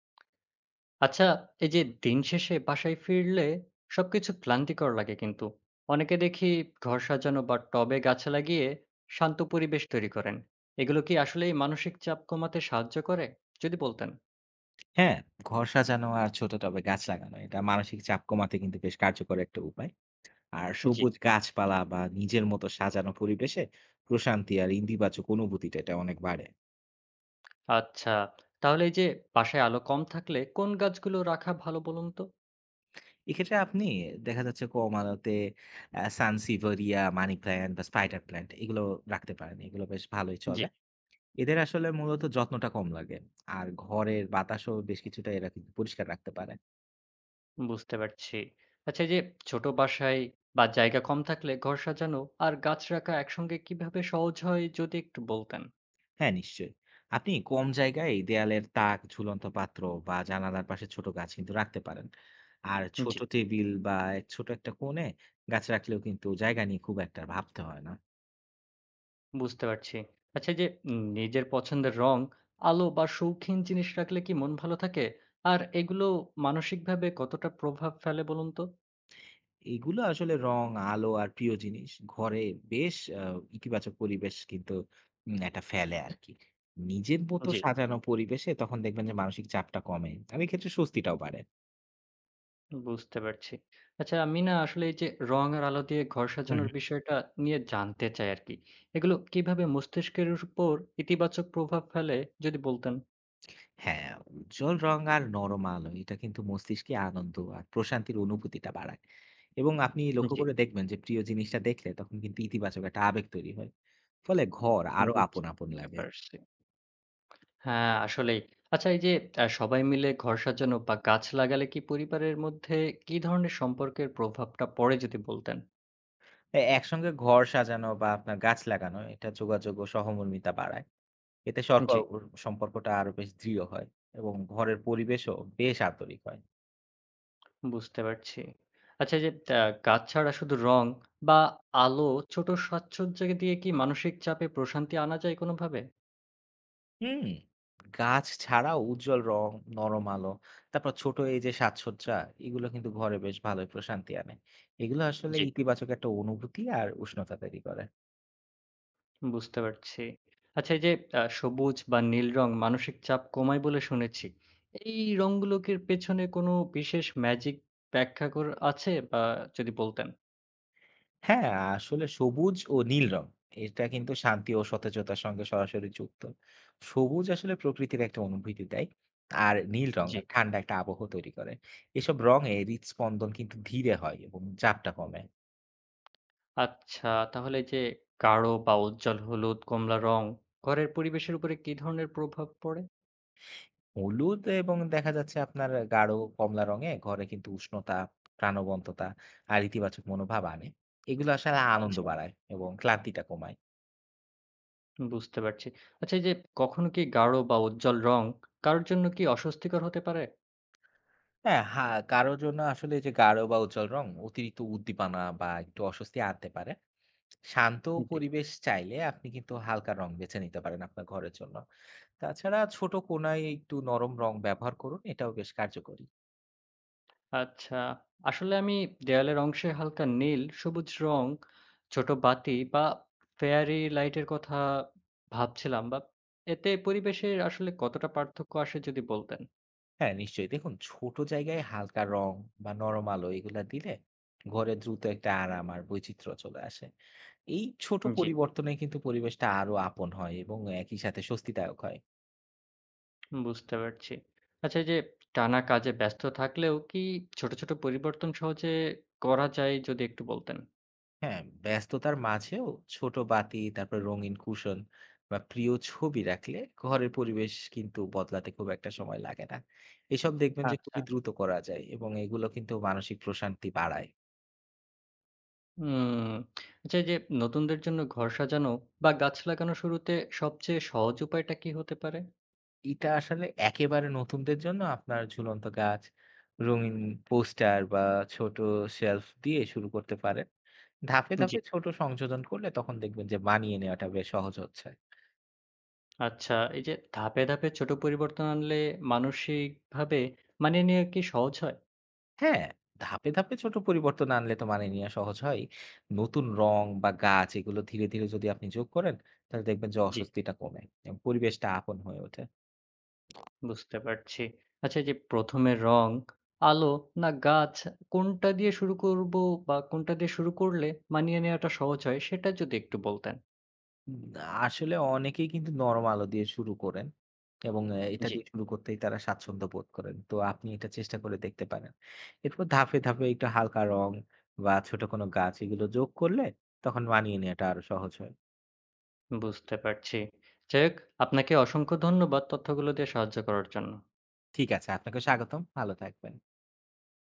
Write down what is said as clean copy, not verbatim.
আচ্ছা, এই যে দিন শেষে বাসায় ফিরলে সবকিছু ক্লান্তিকর লাগে কিন্তু। অনেকে দেখি ঘর সাজানো বা টবে গাছ লাগিয়ে শান্ত পরিবেশ তৈরি করেন। এগুলো কি আসলেই মানসিক চাপ কমাতে সাহায্য করে? যদি বলতেন। হ্যাঁ, ঘর সাজানো আর ছোট টবে গাছ লাগানো এটা মানসিক চাপ কমাতে কিন্তু বেশ কার্যকর একটা উপায়। আর জি। সবুজ গাছপালা বা নিজের মতো সাজানো পরিবেশে প্রশান্তি আর ইন্দিবাচক অনুভূতিটা এটা অনেক বাড়ে। আচ্ছা, তাহলে এই যে বাসায় আলো কম থাকলে কোন গাছগুলো রাখা ভালো বলুন তো? এক্ষেত্রে আপনি দেখা যাচ্ছে কম আলোতে সানসিভেরিয়া, মানি প্ল্যান্ট বা স্পাইডার প্ল্যান্ট এগুলো রাখতে পারেন। এগুলো বেশ ভালোই জি, চলে। এদের আসলে মূলত যত্নটা কম লাগে। আর ঘরের বাতাসও বেশ কিছুটা এরা কিন্তু পরিষ্কার রাখতে পারে। বুঝতে পারছি। আচ্ছা, এই যে ছোট বাসায় বা জায়গা কম থাকলে ঘর সাজানো আর গাছ রাখা একসঙ্গে কিভাবে সহজ হয় যদি একটু বলতেন? হ্যাঁ, নিশ্চয়ই। আপনি কম জায়গায় দেয়ালের তাক, ঝুলন্ত পাত্র বা জানালার পাশে ছোট গাছ কিন্তু রাখতে পারেন। আর হুম। জি। ছোট টেবিল বা এক ছোট একটা কোণে গাছ রাখলেও কিন্তু জায়গা নিয়ে খুব একটা ভাবতে হয় না। বুঝতে পারছি। আচ্ছা এই যে নিজের পছন্দের রং, আলো বা শৌখিন জিনিস রাখলে কি মন ভালো থাকে? আর এগুলো মানসিকভাবে কতটা প্রভাব ফেলে বলুন তো? এগুলো আসলে রং, আলো আর প্রিয় জিনিস ঘরে বেশ ইতিবাচক পরিবেশ কিন্তু একটা ফেলে আরকি। নিজের মতো জি, সাজানো পরিবেশে তখন দেখবেন যে মানসিক চাপটা কমে। আর এক্ষেত্রে স্বস্তিটাও বাড়ে। বুঝতে পারছি। আচ্ছা আমি না আসলে এই যে রং আর আলো দিয়ে ঘর হুম, সাজানোর হুম। বিষয়টা নিয়ে জানতে চাই আরকি। এগুলো কিভাবে মস্তিষ্কের উপর ইতিবাচক প্রভাব ফেলে যদি বলতেন? হ্যাঁ, উজ্জ্বল রং আর নরম আলো এটা কিন্তু মস্তিষ্কে আনন্দ আর প্রশান্তির অনুভূতিটা বাড়ায়। এবং আপনি লক্ষ্য জি, করে দেখবেন যে প্রিয় জিনিসটা দেখলে তখন কিন্তু ইতিবাচক একটা আবেগ তৈরি হয়। ফলে ঘর আরো আপন, আপন বুঝতে লাগে। পারছি। হ্যাঁ, আসলেই। আচ্ছা এই যে সবাই মিলে ঘর সাজানো বা গাছ লাগালে কি পরিবারের মধ্যে কি ধরনের সম্পর্কের প্রভাবটা পড়ে যদি বলতেন? এ একসঙ্গে ঘর সাজানো বা আপনার গাছ লাগানো এটা যোগাযোগ ও সহমর্মিতা বাড়ায়। এতে সরকর জি, সম্পর্কটা আরো বেশ দৃঢ় হয় এবং ঘরের পরিবেশও বেশ আন্তরিক হয়। বুঝতে পারছি। আচ্ছা এই যে আ গাছ ছাড়া শুধু রং বা আলো ছোট সাজসজ্জা দিয়ে কি মানসিক চাপে প্রশান্তি আনা যায় কোনোভাবে? হুম। গাছ ছাড়াও উজ্জ্বল রং, নরম আলো, তারপর ছোট এই যে সাজসজ্জা এগুলো কিন্তু ঘরে বেশ ভালোই প্রশান্তি আনে। এগুলো আসলে জি, ইতিবাচক একটা অনুভূতি আর উষ্ণতা তৈরি করে। বুঝতে পারছি। আচ্ছা এই যে সবুজ বা নীল রং মানসিক চাপ কমায় বলে শুনেছি। এই রংগুলোর পেছনে কোনো বিশেষ ম্যাজিক ব্যাখ্যা কর আছে বা যদি বলতেন? হ্যাঁ, আসলে সবুজ ও নীল রং এটা কিন্তু শান্তি ও সতেজতার সঙ্গে সরাসরি যুক্ত। সবুজ আসলে প্রকৃতির একটা অনুভূতি দেয়। আর নীল রং জি। ঠান্ডা একটা আবহ তৈরি করে। এসব রঙে হৃদস্পন্দন কিন্তু ধীরে হয় এবং চাপটা কমে। আচ্ছা, তাহলে এই যে গাঢ় বা উজ্জ্বল হলুদ, কমলা রং ঘরের পরিবেশের উপরে কি ধরনের প্রভাব পড়ে? হলুদ এবং দেখা যাচ্ছে আপনার গাঢ় কমলা রঙে ঘরে কিন্তু উষ্ণতা, প্রাণবন্ততা আর ইতিবাচক মনোভাব আনে। এগুলো আসলে আনন্দ আচ্ছা। বাড়ায় এবং ক্লান্তিটা কমায়। বুঝতে পারছি। আচ্ছা এই যে কখনো কি গাঢ় বা উজ্জ্বল রং কারোর জন্য কি অস্বস্তিকর হতে পারে? হ্যাঁ, হা কারো জন্য আসলে যে গাঢ় বা উজ্জ্বল রং অতিরিক্ত উদ্দীপনা বা একটু অস্বস্তি আনতে পারে। শান্ত জি। পরিবেশ চাইলে আপনি কিন্তু হালকা রং বেছে নিতে পারেন আপনার ঘরের জন্য। তাছাড়া ছোট কোণায় একটু নরম রং ব্যবহার করুন, এটাও বেশ কার্যকরী। আচ্ছা, আসলে আমি দেয়ালের অংশে হালকা নীল, সবুজ রং, ছোট বাতি বা ফেয়ারি লাইটের কথা ভাবছিলাম বা এতে পরিবেশের আসলে কতটা পার্থক্য আসে যদি বলতেন? হ্যাঁ, নিশ্চয়ই। দেখুন ছোট জায়গায় হালকা রং বা নরম আলো এগুলা দিলে ঘরে দ্রুত একটা আরাম আর বৈচিত্র্য চলে আসে। এই ছোট জি। পরিবর্তনে কিন্তু পরিবেশটা আরো আপন হয় এবং একই সাথে স্বস্তিদায়ক হয়। বুঝতে পারছি। আচ্ছা এই যে টানা কাজে ব্যস্ত থাকলেও কি ছোট, ছোট পরিবর্তন সহজে করা যায় যদি একটু বলতেন? হ্যাঁ, ব্যস্ততার মাঝেও ছোট বাতি, তারপর রঙিন কুশন বা প্রিয় ছবি রাখলে ঘরের পরিবেশ কিন্তু বদলাতে খুব একটা সময় লাগে না। এসব দেখবেন যে আচ্ছা। খুবই দ্রুত করা যায় এবং এগুলো কিন্তু মানসিক প্রশান্তি বাড়ায়। হুম। আচ্ছা এই যে নতুনদের জন্য ঘর সাজানো বা গাছ লাগানো শুরুতে সবচেয়ে সহজ উপায়টা কি হতে পারে? এটা আসলে একেবারে নতুনদের জন্য আপনার ঝুলন্ত গাছ, রঙিন পোস্টার বা ছোট শেলফ দিয়ে শুরু করতে পারেন। ধাপে, জি। ধাপে ছোট সংযোজন করলে তখন দেখবেন যে মানিয়ে নেওয়াটা বেশ সহজ হচ্ছে। আচ্ছা এই যে ধাপে, ধাপে ছোট পরিবর্তন আনলে মানসিকভাবে মানিয়ে নেওয়া কি সহজ হয়? হ্যাঁ, ধাপে, ধাপে ছোট পরিবর্তন আনলে তো মানিয়ে নেওয়া সহজ হয়। নতুন রং বা গাছ এগুলো ধীরে, ধীরে যদি আপনি যোগ করেন তাহলে দেখবেন যে জি। অস্বস্তিটা কমে এবং পরিবেশটা আপন হয়ে ওঠে। বুঝতে পারছি। আচ্ছা এই যে ১ম এ রং, আলো না গাছ কোনটা দিয়ে শুরু করব বা কোনটা দিয়ে শুরু করলে মানিয়ে নেওয়াটা সহজ হয় সেটা যদি একটু বলতেন। উম আসলে অনেকেই কিন্তু নরম আলো দিয়ে শুরু করেন এবং হুম। এটা জি, দিয়ে শুরু করতেই তারা স্বাচ্ছন্দ্য বোধ করেন। তো আপনি এটা চেষ্টা করে দেখতে পারেন। এরপর ধাপে, ধাপে একটু হালকা রং বা ছোট কোনো গাছ এগুলো যোগ করলে তখন মানিয়ে নেওয়াটা আরো সহজ হয়। বুঝতে পারছি। যাই হোক আপনাকে অসংখ্য ধন্যবাদ তথ্যগুলো দিয়ে সাহায্য করার জন্য। ঠিক আছে, আপনাকে স্বাগতম। ভালো থাকবেন।